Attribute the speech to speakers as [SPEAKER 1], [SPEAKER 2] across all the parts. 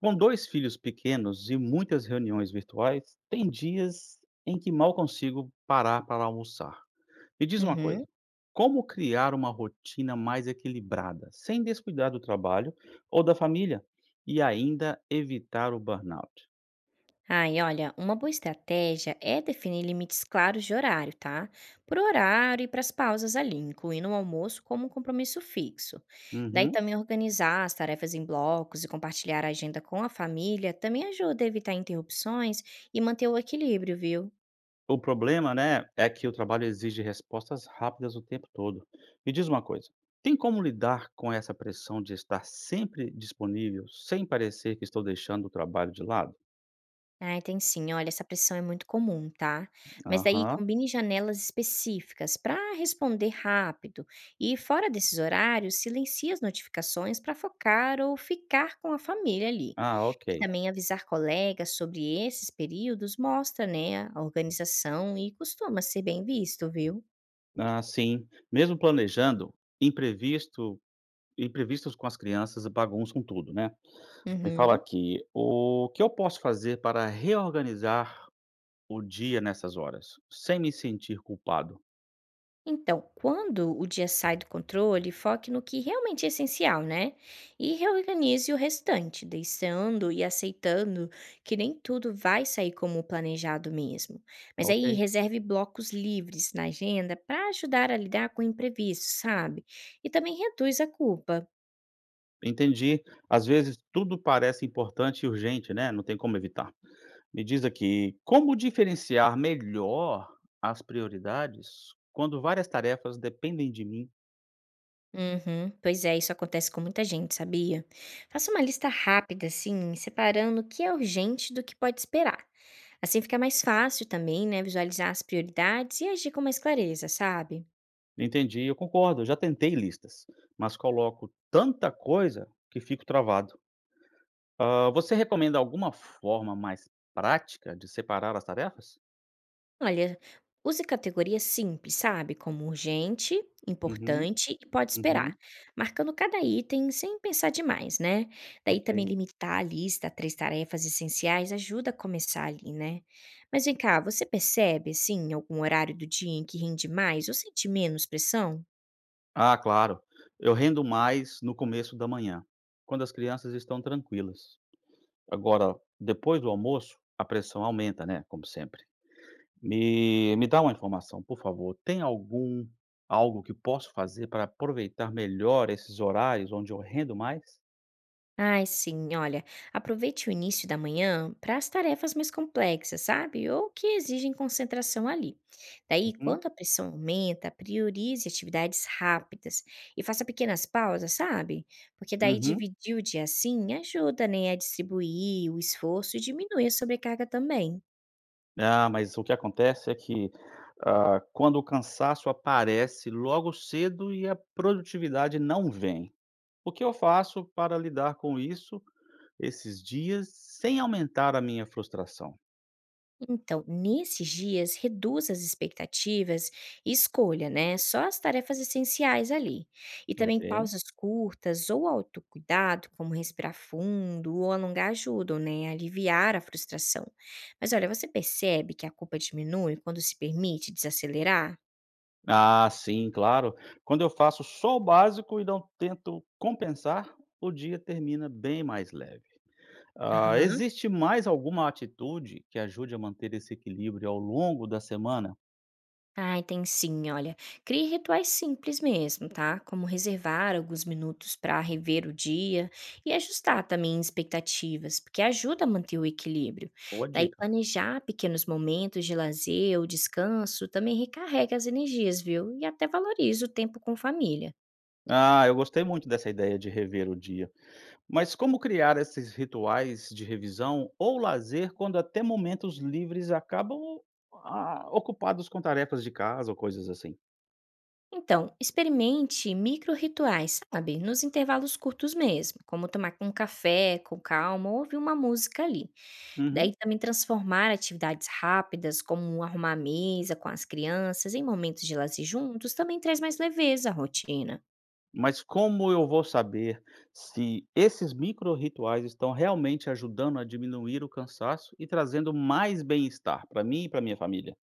[SPEAKER 1] Com dois filhos pequenos e muitas reuniões virtuais, tem dias em que mal consigo parar para almoçar. Me diz uma coisa:
[SPEAKER 2] Uhum.
[SPEAKER 1] como criar uma rotina mais equilibrada, sem descuidar do trabalho ou da família e ainda evitar o burnout?
[SPEAKER 2] E olha, uma boa estratégia é definir limites claros de horário, tá? Por horário e para as pausas ali, incluindo o almoço como um compromisso fixo. Daí
[SPEAKER 1] Uhum.
[SPEAKER 2] também organizar as tarefas em blocos e compartilhar a agenda com a família também ajuda a evitar interrupções e manter o equilíbrio, viu?
[SPEAKER 1] O problema, né, é que o trabalho exige respostas rápidas o tempo todo. Me diz uma coisa: tem como lidar com essa pressão de estar sempre disponível, sem parecer que estou deixando o trabalho de lado?
[SPEAKER 2] Ai, tem sim. Olha, essa pressão é muito comum, tá? Mas daí
[SPEAKER 1] Aham.
[SPEAKER 2] combine janelas específicas para responder rápido. E fora desses horários, silencie as notificações para focar ou ficar com a família ali.
[SPEAKER 1] Ah, ok.
[SPEAKER 2] E também avisar colegas sobre esses períodos mostra, né, a organização e costuma ser bem visto, viu?
[SPEAKER 1] Ah, sim. Mesmo planejando, imprevisto imprevistos com as crianças bagunçam tudo, né? Me fala
[SPEAKER 2] Uhum.
[SPEAKER 1] aqui, o que eu posso fazer para reorganizar o dia nessas horas, sem me sentir culpado?
[SPEAKER 2] Então, quando o dia sai do controle, foque no que realmente é essencial, né? E reorganize o restante, deixando e aceitando que nem tudo vai sair como planejado mesmo. Mas aí
[SPEAKER 1] Ok,
[SPEAKER 2] reserve blocos livres na agenda para ajudar a lidar com imprevistos, sabe? E também reduz a culpa.
[SPEAKER 1] entendi. Às vezes tudo parece importante e urgente, né? Não tem como evitar. Me diz aqui, como diferenciar melhor as prioridades quando várias tarefas dependem de mim.
[SPEAKER 2] Uhum. Pois é, isso acontece com muita gente, sabia? Faça uma lista rápida, assim, separando o que é urgente do que pode esperar. Assim fica mais fácil também, né, visualizar as prioridades e agir com mais clareza, sabe?
[SPEAKER 1] Entendi, eu concordo, eu já tentei listas, mas coloco tanta coisa que fico travado. Ah, você recomenda alguma forma mais prática de separar as tarefas?
[SPEAKER 2] Olha, use categorias simples, sabe? Como urgente,
[SPEAKER 1] Uhum,
[SPEAKER 2] importante e pode esperar,
[SPEAKER 1] uhum,
[SPEAKER 2] marcando cada item sem pensar demais, né? Daí também
[SPEAKER 1] ok.
[SPEAKER 2] limitar a lista a três tarefas essenciais ajuda a começar ali, né? Mas vem cá, você percebe, assim, algum horário do dia em que rende mais ou sente menos pressão?
[SPEAKER 1] Ah, claro. Eu rendo mais no começo da manhã, quando as crianças estão tranquilas. Agora, depois do almoço, a pressão aumenta, né? Como sempre. Me dá uma informação, por favor. Tem algum algo que posso fazer para aproveitar melhor esses horários onde eu rendo mais?
[SPEAKER 2] Ai, sim, olha, aproveite o início da manhã para as tarefas mais complexas, sabe? Ou que exigem concentração ali. Daí,
[SPEAKER 1] Hum,
[SPEAKER 2] quando a pressão aumenta, priorize atividades rápidas e faça pequenas pausas, sabe? Porque daí
[SPEAKER 1] uhum.
[SPEAKER 2] dividir o dia assim ajuda, né, a distribuir o esforço e diminui a sobrecarga também.
[SPEAKER 1] Ah, mas o que acontece é que, quando o cansaço aparece logo cedo e a produtividade não vem. O que eu faço para lidar com isso esses dias sem aumentar a minha frustração?
[SPEAKER 2] Então, nesses dias, reduza as expectativas e escolha, né, só as tarefas essenciais ali. E também
[SPEAKER 1] Ok.
[SPEAKER 2] pausas curtas ou autocuidado, como respirar fundo ou alongar ajudam, né, a aliviar a frustração. Mas olha, você percebe que a culpa diminui quando se permite desacelerar?
[SPEAKER 1] Ah, sim, claro. Quando eu faço só o básico e não tento compensar, o dia termina bem mais leve. Ah,
[SPEAKER 2] Aham.
[SPEAKER 1] existe mais alguma atitude que ajude a manter esse equilíbrio ao longo da semana?
[SPEAKER 2] Ai, tem sim, olha. Crie rituais simples mesmo, tá? Como reservar alguns minutos para rever o dia e ajustar também expectativas, porque ajuda a manter o equilíbrio.
[SPEAKER 1] Boa
[SPEAKER 2] Daí,
[SPEAKER 1] dica.
[SPEAKER 2] planejar pequenos momentos de lazer ou descanso também recarrega as energias, viu? E até valoriza o tempo com família.
[SPEAKER 1] Ah, eu gostei muito dessa ideia de rever o dia. Mas como criar esses rituais de revisão ou lazer quando até momentos livres acabam ocupados com tarefas de casa ou coisas assim?
[SPEAKER 2] Então, experimente micro rituais, sabe? Nos intervalos curtos mesmo, como tomar um café com calma ou ouvir uma música ali.
[SPEAKER 1] Uhum.
[SPEAKER 2] Daí também transformar atividades rápidas, como arrumar a mesa com as crianças em momentos de lazer juntos, também traz mais leveza à rotina.
[SPEAKER 1] Mas como eu vou saber se esses micro-rituais estão realmente ajudando a diminuir o cansaço e trazendo mais bem-estar para mim e para minha família?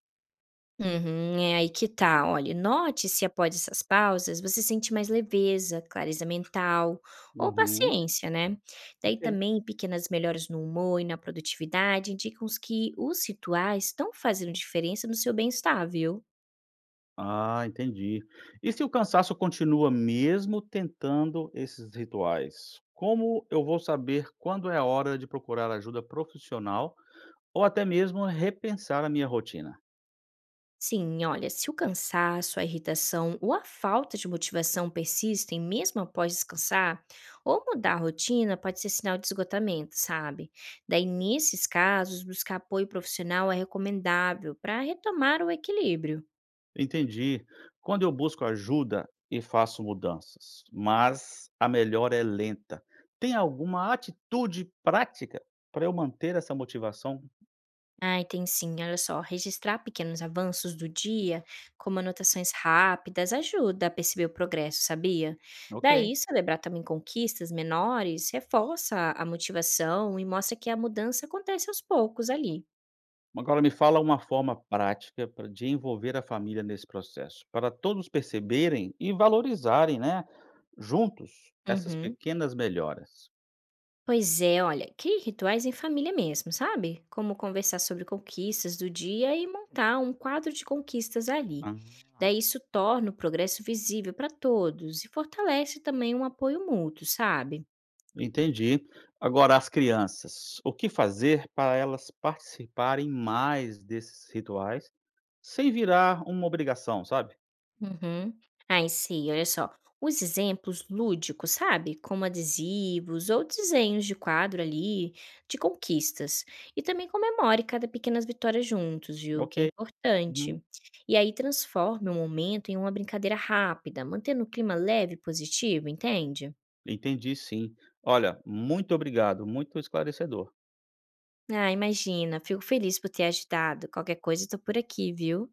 [SPEAKER 2] Uhum, é aí que tá. Olha, note se após essas pausas você sente mais leveza, clareza mental ou
[SPEAKER 1] Uhum.
[SPEAKER 2] paciência, né? Daí
[SPEAKER 1] Ok.
[SPEAKER 2] também pequenas melhoras no humor e na produtividade indicam que os rituais estão fazendo diferença no seu bem-estar, viu?
[SPEAKER 1] Ah, entendi. E se o cansaço continua mesmo tentando esses rituais? Como eu vou saber quando é a hora de procurar ajuda profissional ou até mesmo repensar a minha rotina?
[SPEAKER 2] Sim, olha, se o cansaço, a irritação ou a falta de motivação persistem mesmo após descansar, ou mudar a rotina pode ser sinal de esgotamento, sabe? Daí, nesses casos, buscar apoio profissional é recomendável para retomar o equilíbrio.
[SPEAKER 1] Entendi. Quando eu busco ajuda e faço mudanças, mas a melhora é lenta. Tem alguma atitude prática para eu manter essa motivação?
[SPEAKER 2] Ai, tem sim. Olha só, registrar pequenos avanços do dia, como anotações rápidas, ajuda a perceber o progresso, sabia?
[SPEAKER 1] Ok.
[SPEAKER 2] Daí, celebrar também conquistas menores reforça a motivação e mostra que a mudança acontece aos poucos ali.
[SPEAKER 1] Agora me fala uma forma prática pra de envolver a família nesse processo, para todos perceberem e valorizarem, né, juntos essas
[SPEAKER 2] Uhum.
[SPEAKER 1] pequenas melhoras.
[SPEAKER 2] Pois é, olha, crie rituais em família mesmo, sabe? Como conversar sobre conquistas do dia e montar um quadro de conquistas ali.
[SPEAKER 1] Ah,
[SPEAKER 2] Daí isso torna o progresso visível para todos e fortalece também um apoio mútuo, sabe?
[SPEAKER 1] entendi. Agora as crianças, o que fazer para elas participarem mais desses rituais, sem virar uma obrigação, sabe?
[SPEAKER 2] Uhum. Ai, sim, olha só. Os exemplos lúdicos, sabe? Como adesivos ou desenhos de quadro ali, de conquistas. E também comemore cada pequenas vitórias juntos, viu?
[SPEAKER 1] Ok,
[SPEAKER 2] Que é
[SPEAKER 1] uhum,
[SPEAKER 2] importante. E aí transforme o momento em uma brincadeira rápida, mantendo o clima leve e positivo, entende?
[SPEAKER 1] entendi sim. Olha, muito obrigado, muito esclarecedor.
[SPEAKER 2] Ah, imagina, fico feliz por ter ajudado. Qualquer coisa, eu tô por aqui, viu?